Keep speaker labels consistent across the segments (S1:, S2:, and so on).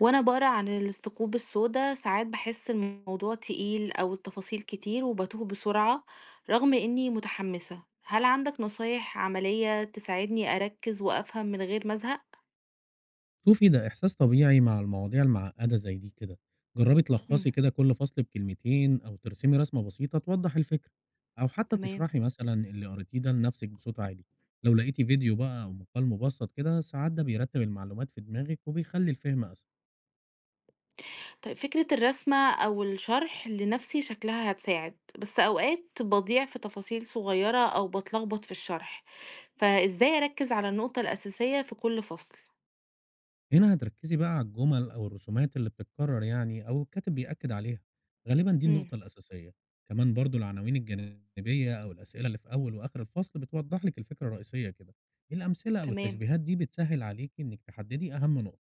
S1: وأنا باقرا عن الثقوب السودا ساعات باحس الموضوع تقيل أو التفاصيل كتير وباتوه بسرعة رغم إني متحمسة، هل عندك نصايح عملية تساعدني أركز وأفهم من غير ما أزهق؟
S2: شوفي، ده إحساس طبيعي مع المواضيع المعقدة زي دي كده. جربي
S1: إمم،
S2: تلخصي كده كل فصل بكلمتين أو ترسمي رسمة بسيطة توضح الفكرة، أو حتى
S1: تمام.
S2: تشرحي مثلا اللي قريتيه ده لنفسك بصوت عالي. لو لقيتي فيديو بقى أو مقال مبسط كده، ساعات ده بيرتب المعلومات في دماغك وبيخلي الفهم أسهل.
S1: طيب فكرة الرسمة أو الشرح لنفسي شكلها هتساعد، بس أوقات باضيع في تفاصيل صغيرة أو باتلخبط في الشرح، فإزاي أركز على النقطة الأساسية في كل فصل؟
S2: هنا هتركزي بقى على الجمل أو الرسومات اللي بتتكرر يعني أو الكاتب بيأكد عليها، غالبا دي
S1: إمم،
S2: النقطة الأساسية. كمان برضو العناوين الجانبية أو الأسئلة اللي في أول وآخر الفصل بتوضح لك الفكرة الرئيسية كده. إيه الأمثلة أو
S1: تمام.
S2: التشبيهات دي بتسهل عليكي إنك تحددي أهم نقطة.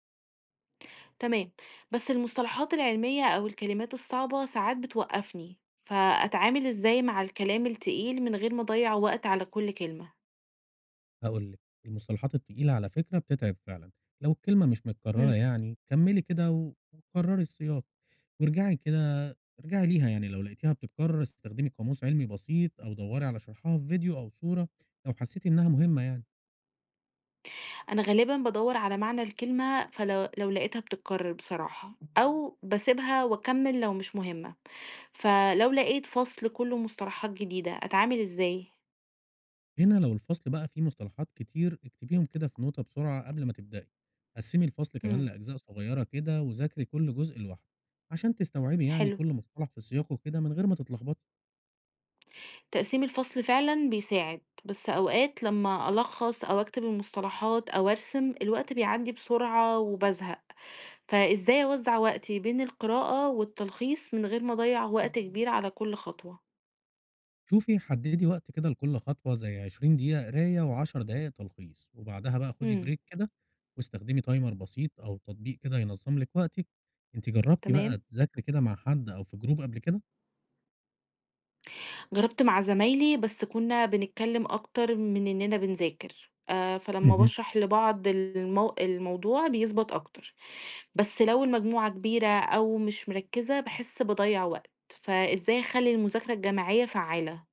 S1: تمام، بس المصطلحات العلمية أو الكلمات الصعبة ساعات بتوقفني، فأتعامل إزاي مع الكلام التقيل من غير ما أضيع وقت على كل كلمة؟
S2: هاقول لِك، المصطلحات التقيلة على فكرة بتتعب فعلًا، لو الكلمة مش
S1: مم.
S2: متكررة يعني كمّلي كده وكرّري السياق، وارجعي كده ليها يعني، لو لقيتيها بتتكرر استخدمي قاموس علمي بسيط أو دوري على شرحها في فيديو أو صورة، لو حسيتِ إنها مهمة يعني.
S1: أنا غالبا بدور على معنى الكلمة فلو لو لقيتها بتتكرر بصراحة أو بسيبها وأكمل لو مش مهمة، فلو لقيت فصل كله مصطلحات جديدة أتعامل إزاي؟
S2: هنا لو الفصل بقى فيه مصطلحات كتير اكتبيهم كده في نوتة بسرعة قبل ما تبدئي، قسّمي الفصل كمان
S1: مم.
S2: لأجزاء صغيرة كده وذاكري كل جزء لوحده، عشان تستوعبي يعني
S1: حلو،
S2: كل مصطلح في سياقه كده من غير ما تتلخبطي.
S1: تقسيم الفصل فعلا بيساعد، بس أوقات لما ألخص أو أكتب المصطلحات أو أرسم الوقت بيعدي بسرعة وبزهق. فإزاي أوزّع وقتي بين القراءة والتلخيص من غير ما أضيّع وقت كبير على كل خطوة؟
S2: شوفي، حددي وقت كده لكل خطوة زي 20 دقيقة قراية و10 دقايق تلخيص، وبعدها بقى خدي
S1: إمم،
S2: بريك كده، واستخدمي تايمر بسيط أو تطبيق كده ينظم لك وقتك. انت جربتي بقى
S1: تمام.
S2: تذاكري كده مع حد أو في جروب قبل كده؟
S1: جرّبت مع زمايلي بس كُنّا بنتكلّم أكتر من إننا بنذاكر، فلمّا
S2: مهم.
S1: باشرح لبعض الموضوع بيثبت أكتر، بس لو المجموعة كبيرة أو مش مركّزة باحس باضيّع وقت، فإزاي أخلّي المذاكرة الجماعية فعّالة؟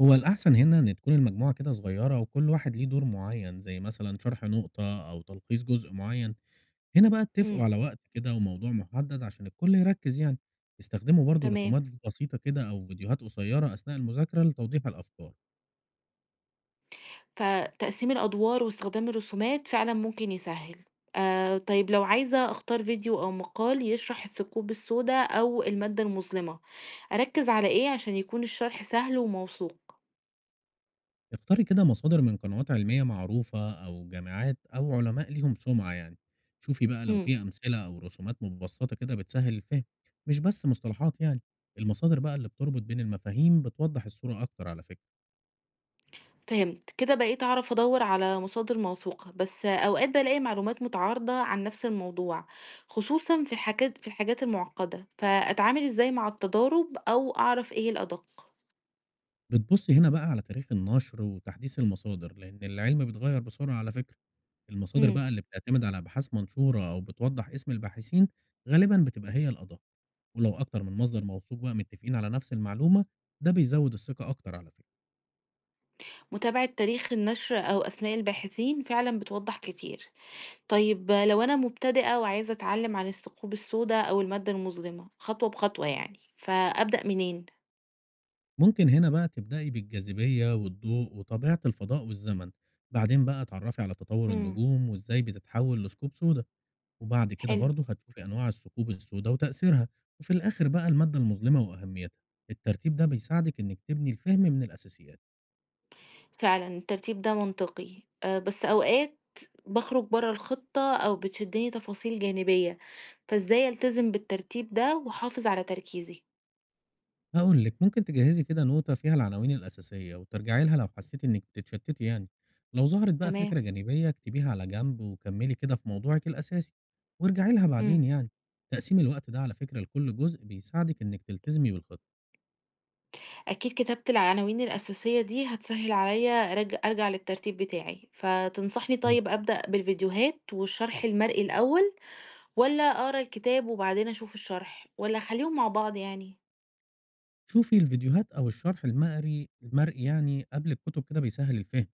S2: هو الأحسن هنا إن تكون المجموعة كده صغيرة، وكل واحد ليه دور معين زي مثلا شرح نقطة أو تلخيص جزء معين. هنا بقى اتفقوا
S1: إمم،
S2: على وقت كده وموضوع محدد عشان الكل يركز يعني. استخدموا برضو
S1: تمام.
S2: رسومات بسيطة كده أو فيديوهات قصيرة أثناء المذاكرة لتوضيح الأفكار.
S1: فتقسيم الأدوار واستخدام الرسومات فعلًا ممكن يسهّل. طيب لو عايزة أختار فيديو أو مقال يشرح الثقوب السودا أو المادة المظلمة، أركّز على إيه عشان يكون الشرح سهل وموثوق؟
S2: اختاري كده مصادر من قنوات علمية معروفة أو جامعات أو علماء ليهم سمعة يعني. شوفي بقى لو
S1: إمم،
S2: في أمثلة أو رسومات مبسطة كده بتسهل الفهم، مش بس مصطلحات يعني. المصادر بقى اللي بتربط بين المفاهيم بتوضح الصورة أكتر على فكرة.
S1: فهمت. كده بقيت أعرف أدوّر على مصادر موثوقة، بس أوقات بالاقي معلومات متعارضة عن نفس الموضوع، خصوصًا في الحاجات المعقدة، فأتعامل إزاي مع التضارب أو أعرف إيه الأدق؟
S2: بتبصي هنا بقى على تاريخ النشر وتحديث المصادر، لأن العلم بيتغير بسرعة على فكرة. المصادر
S1: إمم.
S2: بقى اللي بتعتمد على أبحاث منشورة أو بتوضح اسم الباحثين غالبا بتبقى هي الأدق. ولو أكتر من مصدر موثوق بقى متفقين على نفس المعلومة، ده بيزود الثقة أكتر على فكرة.
S1: متابعة تاريخ النشر أو أسماء الباحثين فعلا بتوضح كتير. طيب لو أنا مبتدئة وعايزة أتعلم عن الثقوب السوداء أو المادة المظلمة خطوة بخطوة يعني فأبدأ منين؟
S2: ممكن هنا بقى تبدأي بالجاذبية والضوء وطبيعة الفضاء والزمن، بعدين بقى اتعرفي على تطور
S1: مم.
S2: النجوم وازاي بتتحول لثقوب سوداء، وبعد كده
S1: حلو.
S2: برضه هتشوفي أنواع الثقوب السوداء وتأثيرها، وفي الآخر بقى المادة المظلمة وأهميتها. الترتيب ده بيساعدك إنك تبني الفهم من الأساسيات.
S1: فعلا الترتيب ده منطقي أه، بس أوقات بخرج بره الخطة أو بتشدني تفاصيل جانبية، فإزاي ألتزم بالترتيب ده وأحافظ على تركيزي؟
S2: هاقول لِك، ممكن تجهّزي كده نوتة فيها العناوين الأساسية، وترجعي لها لو حسّيتِ إنِّك بتتشتّتي يعني. لو ظهرت بقى
S1: تمام.
S2: فكرة جانبية اكتبيها على جنب وكمّلي كده في موضوعِك الأساسي، وارجعي لها
S1: مم.
S2: بعدين يعني. تقسيم الوقت ده على فكرة لكل جزء بيساعدك إنِّك تلتزمي بالخطة.
S1: أكيد كتابة العناوين الأساسية دي هتسهل عليا أرجع للترتيب بتاعي، فتنصحني
S2: أكيد.
S1: طيب أبدأ بالفيديوهات والشرح المرئي الأول، والّا أقرا الكتاب وبعدين أشوف الشرح، والّا أخلّيهم مع بعض يعني؟
S2: شوفي الفيديوهات أو الشرح المقري المرئي يعني قبل الكتب كده بيسهّل الفهم،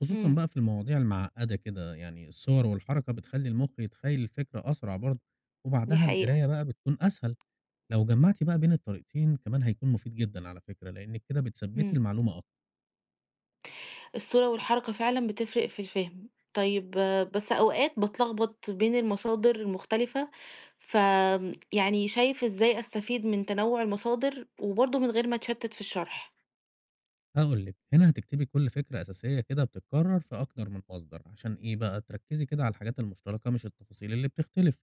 S2: خصوصًا
S1: إمم،
S2: بقى في المواضيع المعقّدة كده، يعني الصور والحركة بتخلّي المُخ يتخيّل الفكرة أسرع برضه،
S1: دي
S2: وبعدها
S1: حقيقة.
S2: القراية بقى بتكون أسهل. لو جمعتِ بقى بين الطريقتين كمان هيكون مفيد جدًا على فكرة، لإنِّك كده بتثبّتي
S1: إمم،
S2: المعلومة أكتر.
S1: الصورة والحركة فعلًا بتفرق في الفهم، طيب آه، بس أوقات باتلخبط بين المصادر المختلفة، فيعني شايف إزاي أستفيد من تنوع المصادر وبرضه من غير ما أتشتت في الشرح؟
S2: هاقول لِك، هنا هتكتبي كل فكرة أساسية كده بتتكرر في أكتر من مصدر، عشان إيه بقى، تركّزي كده على الحاجات المشتركة مش التفاصيل اللي بتختلف.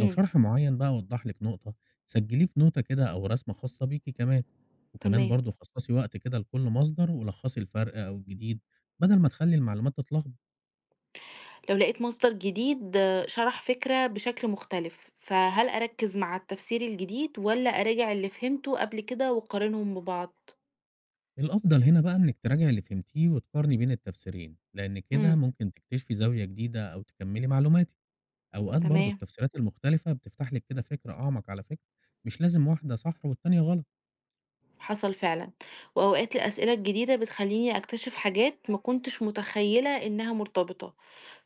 S2: لو شرح معيّن بقى وضّح لِك نقطة، سجّليه في نوتة كده أو رسمة خاصة بيكِ كمان، وكمان
S1: تمام.
S2: برضه خصّصي وقت كده لكل مصدر ولخّصي الفرق أو الجديد، بدل ما تخلّي المعلومات تتلخبط.
S1: لو لقيت مصدر جديد آه، شرح فكرة بشكل مختلف فهل أركز مع التفسير الجديد ولا أراجع اللي فهمته قبل كده وأقارنهم ببعض؟
S2: الأفضل هنا بقى إنِّك تراجعي اللي فهمتيه وتقارني بين التفسيرين، لإن كده
S1: امم.
S2: ممكن تكتشفي زاوية جديدة أو تكمّلي معلوماتِك. أوقات برضه
S1: تمام.
S2: التفسيرات المختلفة بتفتح لِك كده فكرة أعمق على فكرة، مش لازم واحدة صح والتانية غلط.
S1: حصل فعلا. وأوقات الأسئلة الجديدة بتخليني أكتشف حاجات ما كنتش متخيلة إنها مرتبطة،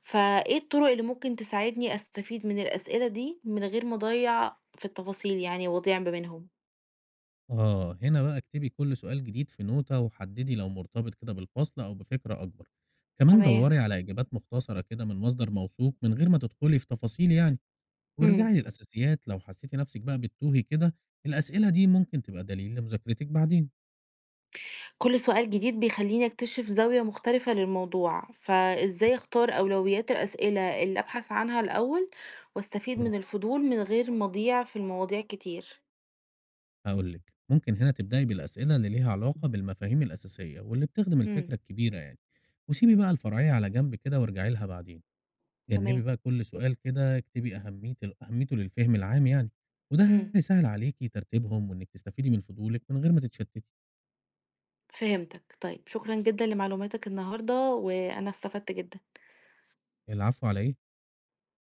S1: فإيه الطرق اللي ممكن تساعدني أستفيد من الأسئلة دي من غير ما أضيع في التفاصيل يعني وأضيع ما بينهم؟
S2: آه، هنا بقى اكتبي كل سؤال جديد في نوتة وحدّدي لو مرتبط كده بالفصل أو بفكرة أكبر. كمان
S1: تمام.
S2: دَوّري على إجابات مختصرة كده من مصدر موثوق من غير ما تدخلي في تفاصيل يعني،
S1: مم.
S2: وارجعي للأساسيات لو حسّيتِ نَفْسِك بقى بتتوهي كده. الأسئلة دي ممكن تبقى دليل لمذاكرتِك بعدين.
S1: كل سؤال جديد بيخليني أكتشف زاوية مختلفة للموضوع، فإزاي أختار أولويات الأسئلة اللي أبحث عنها الأول واستفيد من الفضول من غير ما أضيع في المواضيع كتير؟
S2: هاقول لِك، ممكن هنا تبدئي بالأسئلة اللي ليها علاقة بالمفاهيم الأساسية واللي بتخدم
S1: امم.
S2: الفكرة الكبيرة يعني، وسيبي بقى الفرعية على جنب كده وارجعي لها بعدين، جنبي
S1: تمام.
S2: بقى كل سؤال كده اكتبي أهمية أهميته للفهم العام يعني، وده
S1: امم.
S2: هيسهل عليكِ ترتيبهم وإنِّك تستفيدي من فضولِك من غير ما تتشتتي.
S1: فهمتك. طيب شكرا جدا لمعلوماتك النهاردة وأنا استفدت جدا.
S2: العفو على إيه؟